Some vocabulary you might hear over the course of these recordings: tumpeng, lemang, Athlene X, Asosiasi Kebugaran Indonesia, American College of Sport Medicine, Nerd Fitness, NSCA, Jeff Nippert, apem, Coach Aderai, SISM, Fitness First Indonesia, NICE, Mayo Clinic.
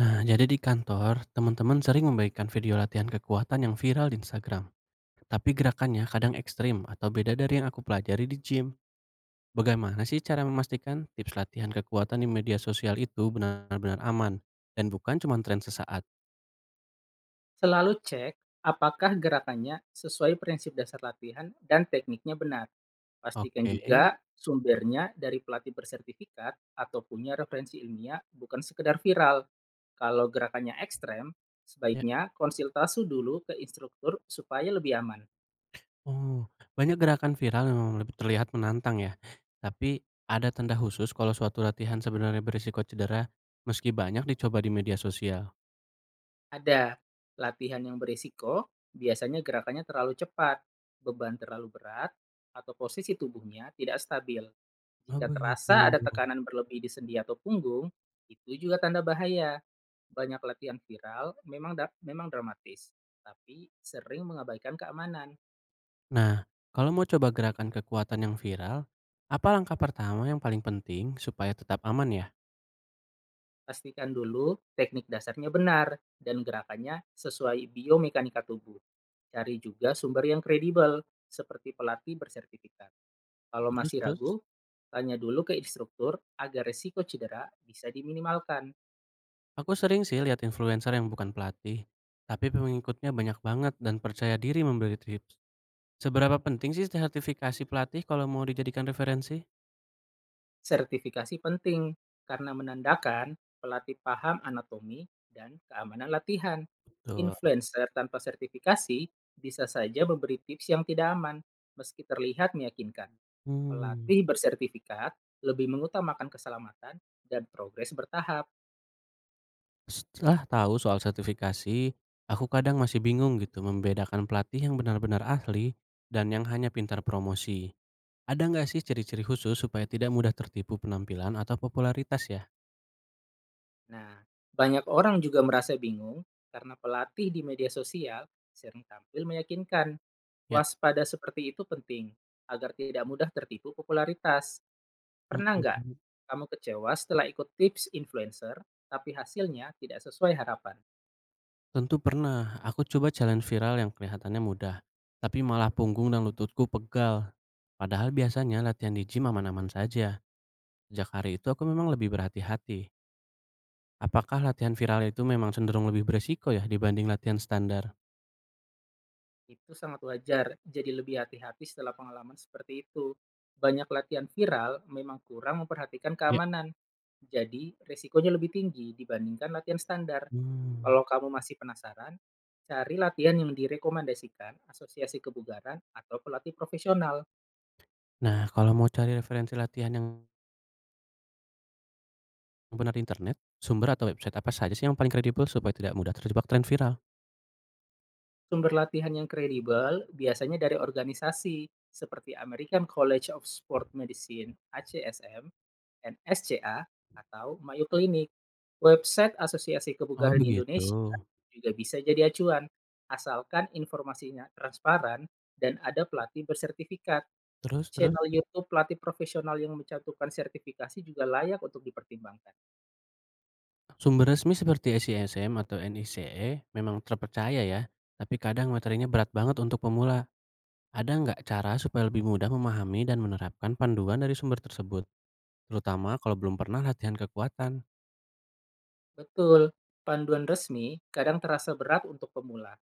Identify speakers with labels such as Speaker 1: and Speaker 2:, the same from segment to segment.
Speaker 1: Nah, jadi di kantor, teman-teman sering membagikan video latihan kekuatan yang viral di Instagram. Tapi gerakannya kadang ekstrim atau beda dari yang aku pelajari di gym. Bagaimana sih cara memastikan tips latihan kekuatan di media sosial itu benar-benar aman dan bukan cuma tren sesaat?
Speaker 2: Selalu cek apakah gerakannya sesuai prinsip dasar latihan dan tekniknya benar. Pastikan
Speaker 1: Oke,
Speaker 2: juga sumbernya dari pelatih bersertifikat atau punya referensi ilmiah bukan sekedar viral. Kalau gerakannya ekstrem,
Speaker 1: ya.
Speaker 2: sebaiknya konsultasi dulu ke instruktur supaya lebih aman.
Speaker 1: Oh, banyak gerakan viral yang memang lebih terlihat menantang ya. Tapi ada tanda khusus kalau suatu latihan sebenarnya berisiko cedera meski banyak dicoba di media sosial.
Speaker 2: Ada. Latihan yang berisiko biasanya gerakannya terlalu cepat, beban terlalu berat, atau posisi tubuhnya tidak stabil.
Speaker 1: Oh
Speaker 2: Jika
Speaker 1: begitu.
Speaker 2: terasa ada tekanan berlebih di sendi atau punggung, itu juga tanda bahaya. Banyak latihan viral memang dramatis, tapi sering mengabaikan keamanan.
Speaker 1: Nah, kalau mau coba gerakan kekuatan yang viral, apa langkah pertama yang paling penting supaya tetap aman ya?
Speaker 2: Pastikan dulu teknik dasarnya benar dan gerakannya sesuai biomekanika tubuh. Cari juga sumber yang kredibel, seperti pelatih bersertifikat. Kalau
Speaker 1: Terus
Speaker 2: masih
Speaker 1: terus,
Speaker 2: ragu, tanya dulu ke instruktur agar resiko cedera bisa diminimalkan.
Speaker 1: aku sering sih lihat influencer yang bukan pelatih, tapi pengikutnya banyak banget dan percaya diri memberi tips. Seberapa penting sih sertifikasi pelatih kalau mau dijadikan referensi?
Speaker 2: Sertifikasi penting karena menandakan pelatih paham anatomi dan keamanan latihan.
Speaker 1: Tuh.
Speaker 2: Influencer tanpa sertifikasi bisa saja memberi tips yang tidak aman, meski terlihat meyakinkan.
Speaker 1: Hmm.
Speaker 2: Pelatih bersertifikat lebih mengutamakan keselamatan dan progres bertahap.
Speaker 1: Setelah tahu soal sertifikasi, aku kadang masih bingung gitu membedakan pelatih yang benar-benar ahli dan yang hanya pintar promosi. Ada nggak sih ciri-ciri khusus supaya tidak mudah tertipu penampilan atau popularitas ya?
Speaker 2: Nah, banyak orang juga merasa bingung karena pelatih di media sosial sering tampil meyakinkan.
Speaker 1: Ya,
Speaker 2: Waspada seperti itu penting agar tidak mudah tertipu popularitas. Pernah nggak
Speaker 1: mhm,
Speaker 2: kamu kecewa setelah ikut tips influencer, tapi hasilnya tidak sesuai harapan?
Speaker 1: tentu pernah. Aku coba challenge viral yang kelihatannya mudah, tapi malah punggung dan lututku pegal. Padahal biasanya latihan di gym aman-aman saja. Sejak hari itu aku memang lebih berhati-hati. Apakah latihan viral itu memang cenderung lebih beresiko ya dibanding latihan standar?
Speaker 2: Itu sangat wajar, jadi lebih hati-hati setelah pengalaman seperti itu. Banyak latihan viral memang kurang memperhatikan
Speaker 1: Ya.
Speaker 2: keamanan, jadi risikonya lebih tinggi dibandingkan latihan standar.
Speaker 1: Hmm.
Speaker 2: Kalau kamu masih penasaran, cari latihan yang direkomendasikan asosiasi kebugaran atau pelatih profesional.
Speaker 1: Nah, kalau mau cari referensi latihan yang benar di internet, sumber atau website apa saja sih yang paling kredibel supaya tidak mudah terjebak tren viral?
Speaker 2: Sumber latihan yang kredibel biasanya dari organisasi seperti American College of Sport Medicine (ACSM), NSCA, atau Mayo Clinic. Website Asosiasi
Speaker 1: Oh
Speaker 2: Kebugaran
Speaker 1: begitu.
Speaker 2: Indonesia juga bisa jadi acuan, asalkan informasinya transparan dan ada pelatih bersertifikat.
Speaker 1: Terus terus?
Speaker 2: Channel YouTube pelatih profesional yang mencantumkan sertifikasi juga layak untuk dipertimbangkan.
Speaker 1: Sumber resmi seperti SISM atau NICE memang terpercaya ya, tapi kadang materinya berat banget untuk pemula. Ada nggak cara supaya lebih mudah memahami dan menerapkan panduan dari sumber tersebut, terutama kalau belum pernah latihan kekuatan?
Speaker 2: Betul, panduan resmi kadang terasa berat untuk pemula.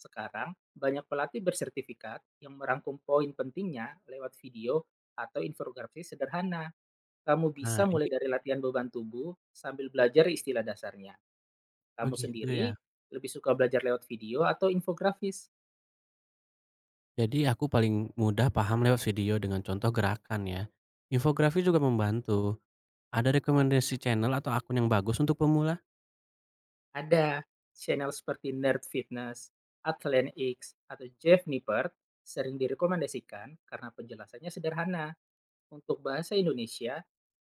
Speaker 2: Sekarang, banyak pelatih bersertifikat yang merangkum poin pentingnya lewat video atau infografis sederhana. Kamu bisa mulai
Speaker 1: Menarik,
Speaker 2: dari latihan beban tubuh sambil belajar istilah dasarnya. Kamu
Speaker 1: begitu ya.
Speaker 2: sendiri lebih suka belajar lewat video atau infografis?
Speaker 1: Jadi aku paling mudah paham lewat video dengan contoh gerakan ya. Infografi juga membantu. Ada rekomendasi channel atau akun yang bagus untuk pemula?
Speaker 2: Ada channel seperti Nerd Fitness, Athlene X, atau Jeff Nippert sering direkomendasikan karena penjelasannya sederhana. Untuk bahasa Indonesia,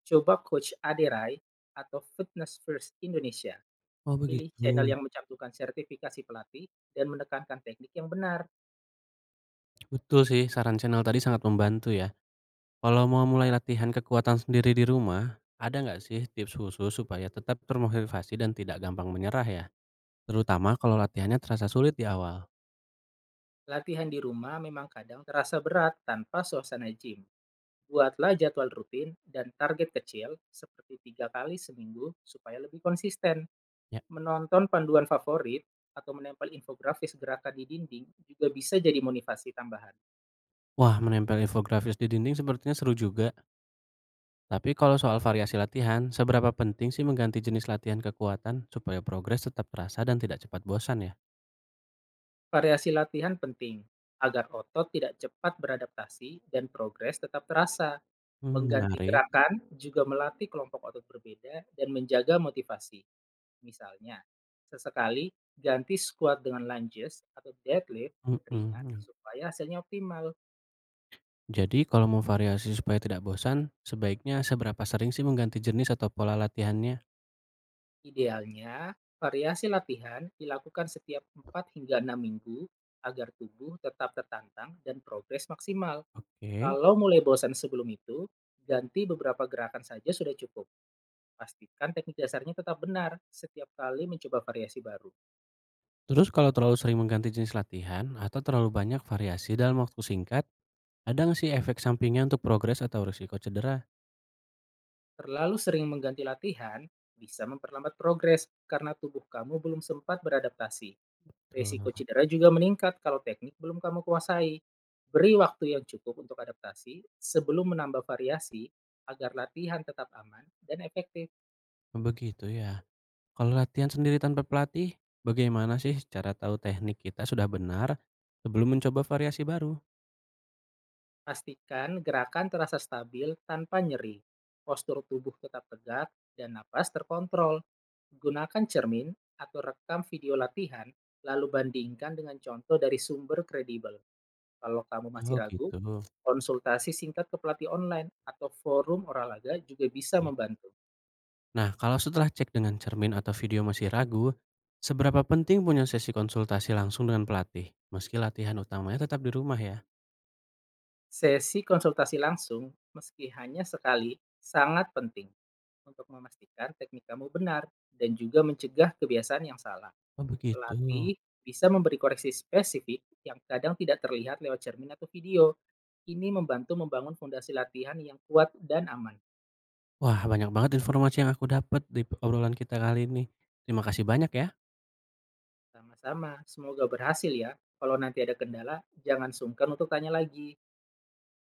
Speaker 2: coba Coach Aderai atau Fitness First Indonesia.
Speaker 1: Oh
Speaker 2: Pilih channel
Speaker 1: begitu.
Speaker 2: yang mencantumkan sertifikasi pelatih dan menekankan teknik yang benar.
Speaker 1: Betul sih, saran channel tadi sangat membantu ya. Kalau mau mulai latihan kekuatan sendiri di rumah, ada nggak sih tips khusus supaya tetap termotivasi dan tidak gampang menyerah ya? Terutama kalau latihannya terasa sulit di awal.
Speaker 2: Latihan di rumah memang kadang terasa berat tanpa suasana gym. Buatlah jadwal rutin dan target kecil seperti tiga kali seminggu supaya lebih konsisten.
Speaker 1: Ya.
Speaker 2: Menonton panduan favorit atau menempel infografis gerakan di dinding juga bisa jadi motivasi tambahan.
Speaker 1: Wah, menempel infografis di dinding sepertinya seru juga. Tapi kalau soal variasi latihan, seberapa penting sih mengganti jenis latihan kekuatan supaya progres tetap terasa dan tidak cepat bosan ya?
Speaker 2: Variasi latihan penting agar otot tidak cepat beradaptasi dan progres tetap terasa.
Speaker 1: Hmm,
Speaker 2: Mengganti
Speaker 1: menarik.
Speaker 2: gerakan juga melatih kelompok otot berbeda dan menjaga motivasi. Misalnya, sesekali ganti squat dengan lunges atau deadlift ringan
Speaker 1: Mm-mm.
Speaker 2: supaya hasilnya optimal.
Speaker 1: Jadi kalau mau variasi supaya tidak bosan, sebaiknya seberapa sering sih mengganti jenis atau pola latihannya?
Speaker 2: Idealnya, variasi latihan dilakukan setiap 4 hingga 6 minggu agar tubuh tetap tertantang dan progres maksimal.
Speaker 1: Oke.
Speaker 2: Kalau mulai bosan sebelum itu, ganti beberapa gerakan saja sudah cukup. Pastikan teknik dasarnya tetap benar setiap kali mencoba variasi baru.
Speaker 1: Terus kalau terlalu sering mengganti jenis latihan atau terlalu banyak variasi dalam waktu singkat, ada nggak sih efek sampingnya untuk progres atau risiko cedera?
Speaker 2: Terlalu sering mengganti latihan bisa memperlambat progres karena tubuh kamu belum sempat beradaptasi. Risiko
Speaker 1: Tuh,
Speaker 2: cedera juga meningkat kalau teknik belum kamu kuasai. Beri waktu yang cukup untuk adaptasi sebelum menambah variasi agar latihan tetap aman dan efektif.
Speaker 1: begitu ya. Kalau latihan sendiri tanpa pelatih, bagaimana sih cara tahu teknik kita sudah benar sebelum mencoba variasi baru?
Speaker 2: Pastikan gerakan terasa stabil tanpa nyeri, postur tubuh tetap tegak, dan napas terkontrol. Gunakan cermin atau rekam video latihan, lalu bandingkan dengan contoh dari sumber kredibel. Kalau kamu masih
Speaker 1: Oh
Speaker 2: ragu,
Speaker 1: gitu.
Speaker 2: konsultasi singkat ke pelatih online atau forum olahraga juga bisa
Speaker 1: Iya.
Speaker 2: membantu.
Speaker 1: Nah, kalau setelah cek dengan cermin atau video masih ragu, seberapa penting punya sesi konsultasi langsung dengan pelatih, meski latihan utamanya tetap di rumah ya?
Speaker 2: Sesi konsultasi langsung, meski hanya sekali, sangat penting untuk memastikan teknik kamu benar dan juga mencegah kebiasaan yang salah.
Speaker 1: Oh begitu.
Speaker 2: Pelatih bisa memberi koreksi spesifik yang kadang tidak terlihat lewat cermin atau video. Ini membantu membangun fondasi latihan yang kuat dan aman.
Speaker 1: Wah, banyak banget informasi yang aku dapat di obrolan kita kali ini. Terima kasih banyak ya.
Speaker 2: Sama-sama, semoga berhasil ya. Kalau nanti ada kendala, jangan sungkan untuk tanya lagi.